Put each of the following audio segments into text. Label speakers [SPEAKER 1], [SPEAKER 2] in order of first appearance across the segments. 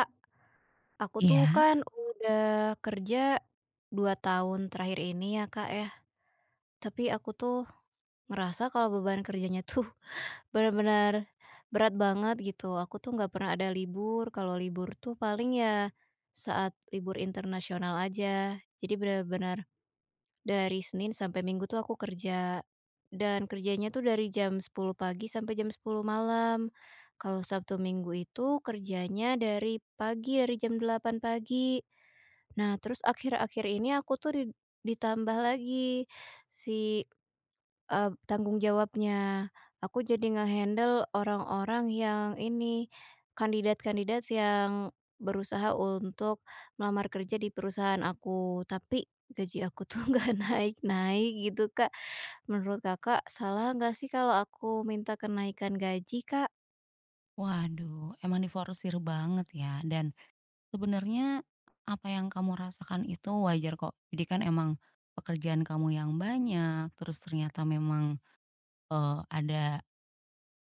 [SPEAKER 1] Kak, aku tuh
[SPEAKER 2] Iya.
[SPEAKER 1] kan udah kerja 2 tahun terakhir ini ya Kak ya, tapi aku tuh ngerasa kalau beban kerjanya tuh benar-benar berat banget gitu. Aku tuh nggak pernah ada libur, kalau libur tuh paling ya saat libur internasional aja. Jadi benar-benar dari Senin sampai Minggu tuh aku kerja, dan kerjanya tuh dari jam 10 pagi sampai jam 10 malam. Kalau Sabtu Minggu itu kerjanya dari pagi, dari jam 8 pagi. Nah, terus akhir-akhir ini aku tuh ditambah lagi si, tanggung jawabnya. Aku jadi ngehandle orang-orang yang ini, kandidat-kandidat yang berusaha untuk melamar kerja di perusahaan aku, tapi gaji aku tuh nggak naik-naik gitu, Kak. Menurut Kakak, salah nggak sih kalau aku minta kenaikan gaji, Kak?
[SPEAKER 2] Waduh, emang diforsir banget ya, dan sebenarnya apa yang kamu rasakan itu wajar kok. Jadi kan emang pekerjaan kamu yang banyak, terus ternyata memang, ada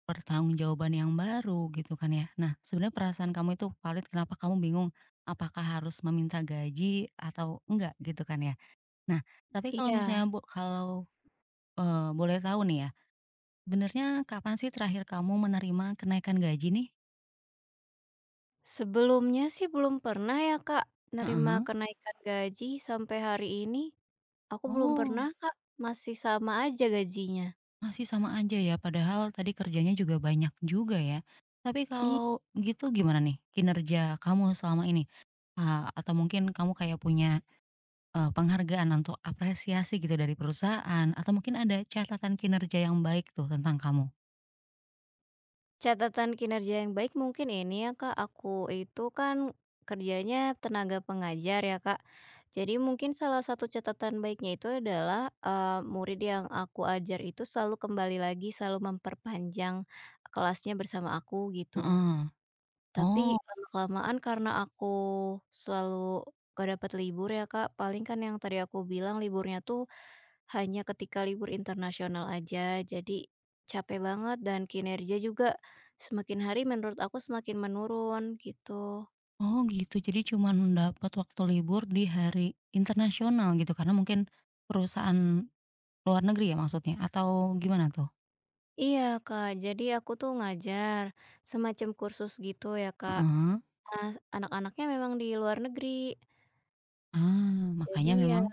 [SPEAKER 2] pertanggungjawaban yang baru gitu kan ya. Nah, sebenarnya perasaan kamu itu valid kenapa kamu bingung apakah harus meminta gaji atau enggak gitu kan ya. Nah, tapi kalau
[SPEAKER 1] Iya,
[SPEAKER 2] misalnya kalau, boleh tahu nih ya, sebenarnya kapan sih terakhir kamu menerima kenaikan gaji nih?
[SPEAKER 1] sebelumnya sih belum pernah ya, Kak, nerima
[SPEAKER 2] Heeh.
[SPEAKER 1] kenaikan gaji sampai hari ini. Aku belum pernah,
[SPEAKER 2] Oh.
[SPEAKER 1] Kak, masih sama aja gajinya.
[SPEAKER 2] Masih sama aja ya, padahal tadi kerjanya juga banyak juga ya. Tapi
[SPEAKER 1] I
[SPEAKER 2] kalau gitu gimana nih kinerja kamu selama ini? Atau mungkin kamu kayak punya, penghargaan atau apresiasi gitu dari perusahaan atau mungkin ada catatan kinerja yang baik tuh tentang kamu?
[SPEAKER 1] Catatan kinerja yang baik mungkin ini ya, Kak, aku itu kan kerjanya tenaga pengajar ya, Kak. Jadi mungkin salah satu catatan baiknya itu adalah, murid yang aku ajar itu selalu kembali lagi, selalu memperpanjang kelasnya bersama aku gitu.
[SPEAKER 2] Heeh.
[SPEAKER 1] Tapi
[SPEAKER 2] Oh
[SPEAKER 1] lama-kelamaan karena aku selalu gak dapat libur ya, Kak, paling kan yang tadi aku bilang liburnya tuh hanya ketika libur internasional aja. Jadi capek banget dan kinerja juga semakin hari menurut aku semakin menurun gitu.
[SPEAKER 2] oh gitu, jadi cuma dapat waktu libur di hari internasional gitu karena mungkin perusahaan luar negeri ya maksudnya atau gimana tuh?
[SPEAKER 1] Iya, Kak, jadi aku tuh ngajar semacam kursus gitu ya, Kak.
[SPEAKER 2] Heeh.
[SPEAKER 1] Nah, anak-anaknya memang di luar negeri.
[SPEAKER 2] Ah,
[SPEAKER 1] Jadi
[SPEAKER 2] makanya
[SPEAKER 1] ya
[SPEAKER 2] memang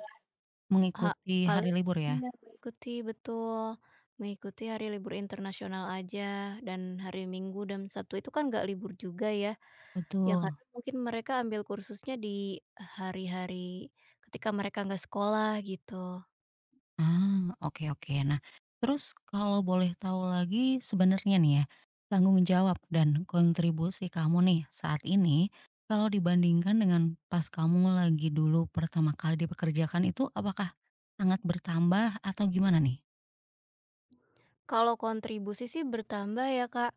[SPEAKER 1] Ha
[SPEAKER 2] mengikuti hari
[SPEAKER 1] paling
[SPEAKER 2] libur ya?
[SPEAKER 1] iya, mengikuti betul, mengikuti hari libur internasional aja dan hari Minggu dan Sabtu itu kan nggak libur juga ya. Ya
[SPEAKER 2] Betul.
[SPEAKER 1] karena mungkin mereka ambil kursusnya di hari-hari ketika mereka nggak sekolah gitu.
[SPEAKER 2] Ah, oke oke. Nah, terus kalau boleh tahu lagi sebenarnya nih ya, tanggung jawab dan kontribusi kamu nih saat ini, kalau dibandingkan dengan pas kamu lagi dulu pertama kali dipekerjakan itu apakah sangat bertambah atau gimana nih?
[SPEAKER 1] Kalau kontribusi sih bertambah ya Kak,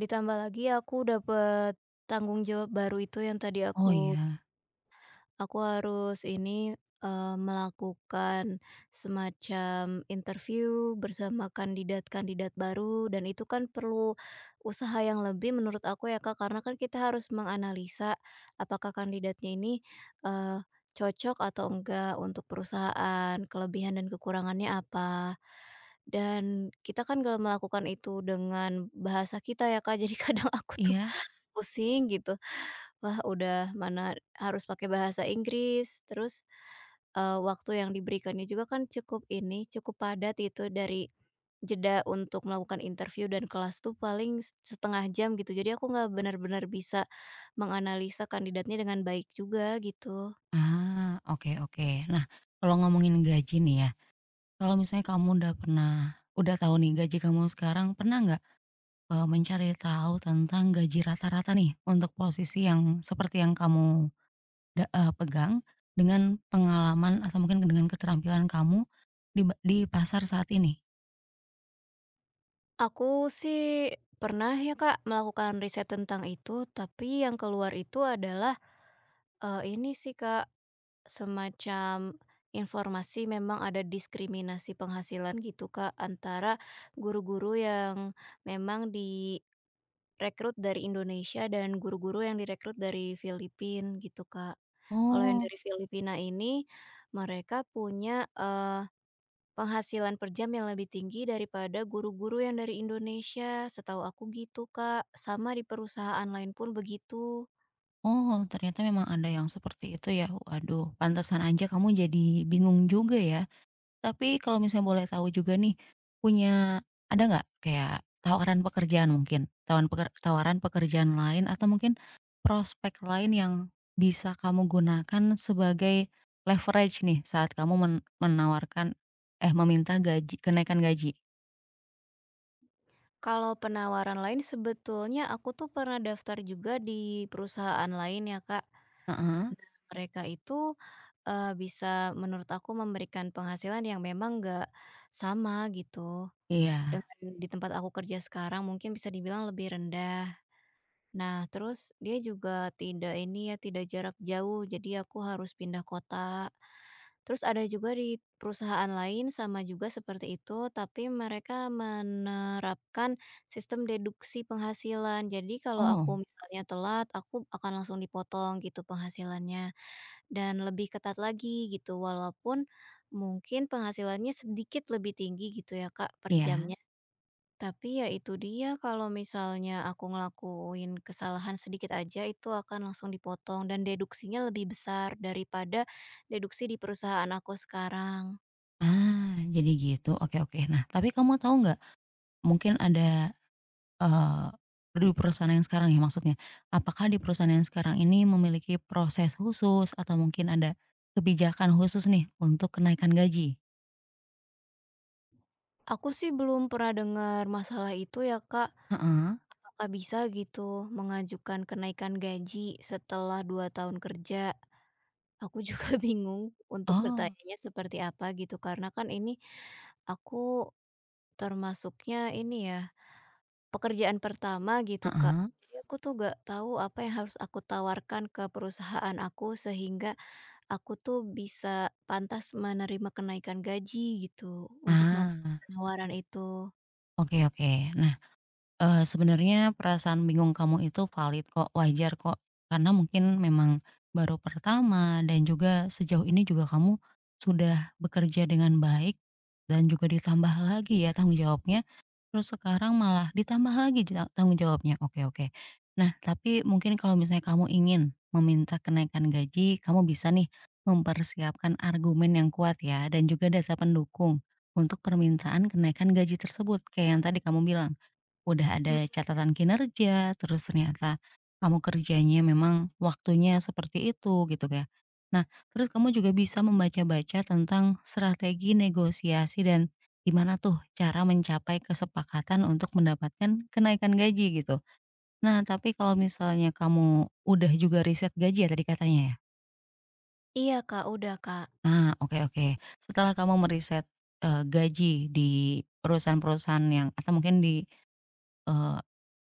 [SPEAKER 1] ditambah lagi aku dapet tanggung jawab baru itu yang tadi
[SPEAKER 2] Oh
[SPEAKER 1] aku.
[SPEAKER 2] ya?
[SPEAKER 1] Aku harus ini, melakukan semacam interview bersama kandidat-kandidat baru dan itu kan perlu usaha yang lebih menurut aku ya, Kak, karena kan kita harus menganalisa apakah kandidatnya ini, eee, cocok atau enggak untuk perusahaan, kelebihan dan kekurangannya apa. Dan kita kan kalau melakukan itu dengan bahasa kita ya, Kak, jadi kadang aku tuh
[SPEAKER 2] Iya?
[SPEAKER 1] pusing gitu. Wah, udah mana harus pakai bahasa Inggris, terus waktu yang diberikannya juga kan cukup ini, cukup padat itu dari jeda untuk melakukan interview dan kelas tuh paling setengah jam gitu. Jadi aku nggak benar-benar bisa menganalisa kandidatnya dengan baik juga gitu.
[SPEAKER 2] Ah, oke oke. Nah, kalau ngomongin gaji nih ya, kalau misalnya kamu udah pernah udah tahu nih gaji kamu sekarang, pernah nggak mencari tahu tentang gaji rata-rata nih untuk posisi yang seperti yang kamu pegang dengan pengalaman atau mungkin dengan keterampilan kamu di pasar saat ini?
[SPEAKER 1] Aku sih pernah ya Kak melakukan riset tentang itu, tapi yang keluar itu adalah, ini sih Kak, semacam informasi memang ada diskriminasi penghasilan gitu Kak antara guru-guru yang memang di rekrut dari Indonesia dan guru-guru yang direkrut dari Filipina gitu, Kak. Kalau yang
[SPEAKER 2] Oh
[SPEAKER 1] dari Filipina ini, mereka punya, penghasilan per jam yang lebih tinggi daripada guru-guru yang dari Indonesia, setahu aku gitu, Kak. Sama di perusahaan lain pun begitu.
[SPEAKER 2] oh ternyata memang ada yang seperti itu ya? Waduh, pantesan aja kamu jadi bingung juga ya? Tapi kalau misalnya boleh tahu juga nih, punya ada nggak kayak tawaran pekerjaan mungkin? Tawaran pekerjaan lain atau mungkin prospek lain yang bisa kamu gunakan sebagai leverage nih saat kamu menawarkan eh, meminta kenaikan gaji?
[SPEAKER 1] Kalau penawaran lain sebetulnya aku tuh pernah daftar juga di perusahaan lain ya, Kak.
[SPEAKER 2] Heeh.
[SPEAKER 1] Mereka itu, bisa menurut aku memberikan penghasilan yang memang nggak sama gitu.
[SPEAKER 2] Iya.
[SPEAKER 1] Dengan di tempat aku kerja sekarang mungkin bisa dibilang lebih rendah. Nah, terus dia juga tidak ini ya, tidak jarak jauh, jadi aku harus pindah kota. Terus ada juga di perusahaan lain sama juga seperti itu, tapi mereka menerapkan sistem deduksi penghasilan. Jadi kalau
[SPEAKER 2] Oh,
[SPEAKER 1] aku misalnya telat, aku akan langsung dipotong gitu penghasilannya dan lebih ketat lagi gitu walaupun mungkin penghasilannya sedikit lebih tinggi gitu ya Kak per
[SPEAKER 2] iya?
[SPEAKER 1] jamnya. Tapi ya itu dia kalau misalnya aku ngelakuin kesalahan sedikit aja itu akan langsung dipotong dan deduksinya lebih besar daripada deduksi di perusahaan aku sekarang.
[SPEAKER 2] Ah, jadi gitu. Oke oke. Nah, tapi kamu tahu nggak, mungkin ada Eee, di perusahaan yang sekarang ya maksudnya. Apakah di perusahaan yang sekarang ini memiliki proses khusus atau mungkin ada kebijakan khusus nih untuk kenaikan gaji?
[SPEAKER 1] Aku sih belum pernah dengar masalah itu ya Kak.
[SPEAKER 2] Heeh.
[SPEAKER 1] Apakah bisa gitu mengajukan kenaikan gaji setelah 2 tahun kerja? Aku juga bingung untuk
[SPEAKER 2] Oh,
[SPEAKER 1] bertanya seperti apa gitu karena kan ini aku termasuknya ini ya pekerjaan pertama gitu, Kak.
[SPEAKER 2] heeh.
[SPEAKER 1] Jadi aku tuh gak tahu apa yang harus aku tawarkan ke perusahaan aku sehingga aku tuh bisa pantas menerima kenaikan gaji gitu untuk melakukan
[SPEAKER 2] Ah,
[SPEAKER 1] penawaran itu.
[SPEAKER 2] oke oke. Nah, sebenarnya perasaan bingung kamu itu valid kok, wajar kok. Karena mungkin memang baru pertama dan juga sejauh ini juga kamu sudah bekerja dengan baik dan juga ditambah lagi ya tanggung jawabnya. Terus sekarang malah ditambah lagi tanggung jawabnya, oke oke. Nah, tapi mungkin kalau misalnya kamu ingin meminta kenaikan gaji, kamu bisa nih mempersiapkan argumen yang kuat ya dan juga data pendukung untuk permintaan kenaikan gaji tersebut, kayak yang tadi kamu bilang. Udah ada
[SPEAKER 1] Mhm,
[SPEAKER 2] catatan kinerja, terus ternyata kamu kerjanya memang waktunya seperti itu gitu ya. Nah, terus kamu juga bisa membaca-baca tentang strategi negosiasi dan gimana tuh cara mencapai kesepakatan untuk mendapatkan kenaikan gaji gitu. Nah, tapi kalau misalnya kamu udah juga riset gaji ya tadi katanya ya?
[SPEAKER 1] iya, Kak, udah, Kak.
[SPEAKER 2] Ah, oke oke. Setelah kamu meriset, gaji di perusahaan-perusahaan yang atau mungkin di, eee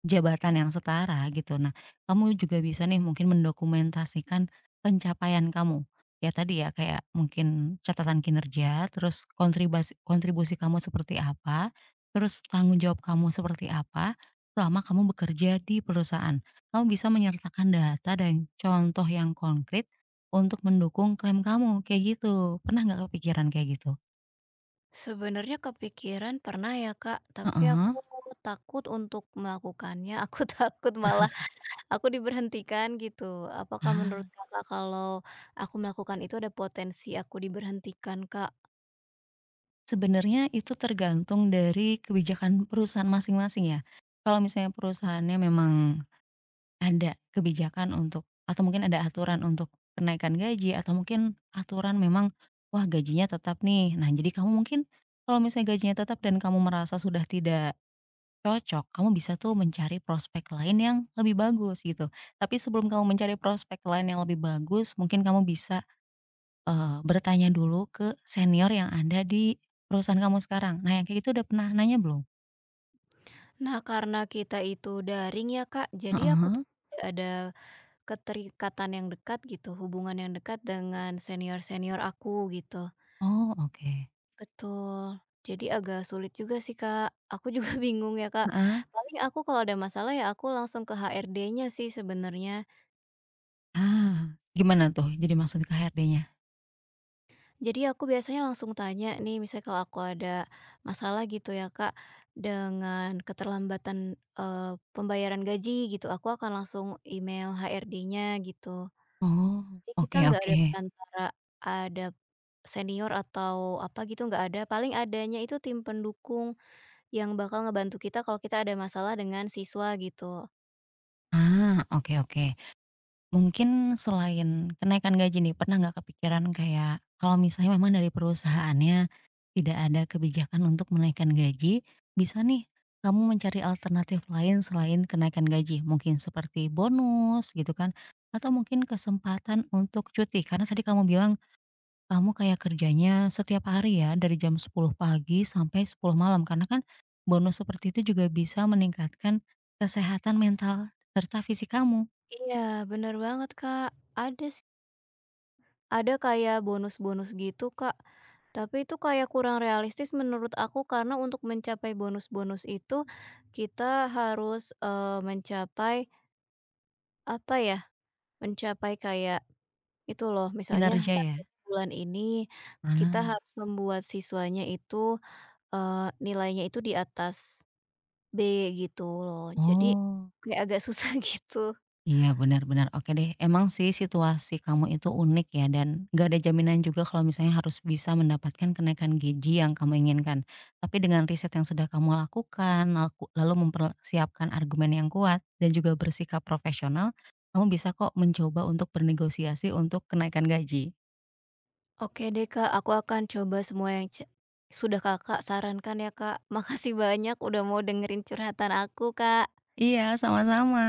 [SPEAKER 2] jabatan yang setara gitu. Nah, kamu juga bisa nih mungkin mendokumentasikan pencapaian kamu. Ya tadi ya kayak mungkin catatan kinerja, terus kontribusi kontribusi kamu seperti apa, terus tanggung jawab kamu seperti apa selama kamu bekerja di perusahaan. Kamu bisa menyertakan data dan contoh yang konkret untuk mendukung klaim kamu, kayak gitu. Pernah nggak kepikiran kayak gitu?
[SPEAKER 1] Sebenarnya kepikiran pernah ya, Kak, tapi
[SPEAKER 2] Heeh.
[SPEAKER 1] aku takut untuk melakukannya, aku takut malah aku diberhentikan gitu. Apakah menurut
[SPEAKER 2] Ah.
[SPEAKER 1] Kakak kalau aku melakukan itu ada potensi aku diberhentikan, Kak?
[SPEAKER 2] Sebenarnya itu tergantung dari kebijakan perusahaan masing-masing ya. Kalau misalnya perusahaannya memang ada kebijakan untuk atau mungkin ada aturan untuk kenaikan gaji atau mungkin aturan memang, wah gajinya tetap nih. Nah, jadi kamu mungkin kalau misalnya gajinya tetap dan kamu merasa sudah tidak cocok, kamu bisa tuh mencari prospek lain yang lebih bagus gitu. Tapi sebelum kamu mencari prospek lain yang lebih bagus, mungkin kamu bisa bertanya dulu ke senior yang ada di perusahaan kamu sekarang. Nah, yang kayak gitu udah pernah nanya belum?
[SPEAKER 1] Nah, karena kita itu daring ya, Kak, jadi aku tuh
[SPEAKER 2] Heeh.
[SPEAKER 1] tidak ada keterikatan yang dekat gitu, hubungan yang dekat dengan senior-senior aku gitu.
[SPEAKER 2] Oh, oke.
[SPEAKER 1] Betul. Jadi agak sulit juga sih, Kak. Aku juga bingung ya, Kak.
[SPEAKER 2] Heeh.
[SPEAKER 1] Paling aku kalau ada masalah ya aku langsung ke HRD-nya sih sebenarnya.
[SPEAKER 2] Ah, gimana tuh jadi maksud ke HRD-nya?
[SPEAKER 1] Jadi aku biasanya langsung tanya nih, misalnya kalau aku ada masalah gitu ya, Kak, dengan keterlambatan pembayaran gaji gitu, aku akan langsung email HRD-nya gitu.
[SPEAKER 2] Oh,
[SPEAKER 1] Jadi kita
[SPEAKER 2] oke
[SPEAKER 1] nggak
[SPEAKER 2] oke.
[SPEAKER 1] ada perantara, ada senior atau apa gitu nggak ada, paling adanya itu tim pendukung yang bakal ngebantu kita kalau kita ada masalah dengan siswa gitu.
[SPEAKER 2] Ah, oke oke. Mungkin selain kenaikan gaji nih, pernah nggak kepikiran kayak kalau misalnya memang dari perusahaannya tidak ada kebijakan untuk menaikkan gaji, bisa nih kamu mencari alternatif lain selain kenaikan gaji. Mungkin seperti bonus gitu kan, atau mungkin kesempatan untuk cuti. Karena tadi kamu bilang kamu kayak kerjanya setiap hari ya dari jam 10 pagi sampai 10 malam, karena kan bonus seperti itu juga bisa meningkatkan kesehatan mental serta fisik kamu,
[SPEAKER 1] Iya, bener banget, Kak. Ada sih ada kayak bonus-bonus gitu, Kak, tapi itu kayak kurang realistis menurut aku karena untuk mencapai bonus-bonus itu kita harus, mencapai apa ya, mencapai kayak itu loh, misalnya
[SPEAKER 2] kinerja ya?
[SPEAKER 1] target bulan ini kita
[SPEAKER 2] Ah.
[SPEAKER 1] harus membuat siswanya itu, nilainya itu di atas B gitu loh. Jadi
[SPEAKER 2] Oh,
[SPEAKER 1] kayak agak susah gitu.
[SPEAKER 2] iya benar benar, oke deh. Emang sih situasi kamu itu unik ya dan gak ada jaminan juga kalau misalnya harus bisa mendapatkan kenaikan gaji yang kamu inginkan. Tapi dengan riset yang sudah kamu lakukan, lalu mempersiapkan argumen yang kuat dan juga bersikap profesional, kamu bisa kok mencoba untuk bernegosiasi untuk kenaikan gaji.
[SPEAKER 1] Oke deh, Kak, aku akan coba semua yang sudah Kakak sarankan ya, Kak. Makasih banyak udah mau dengerin curhatan aku, Kak.
[SPEAKER 2] Iya, sama-sama.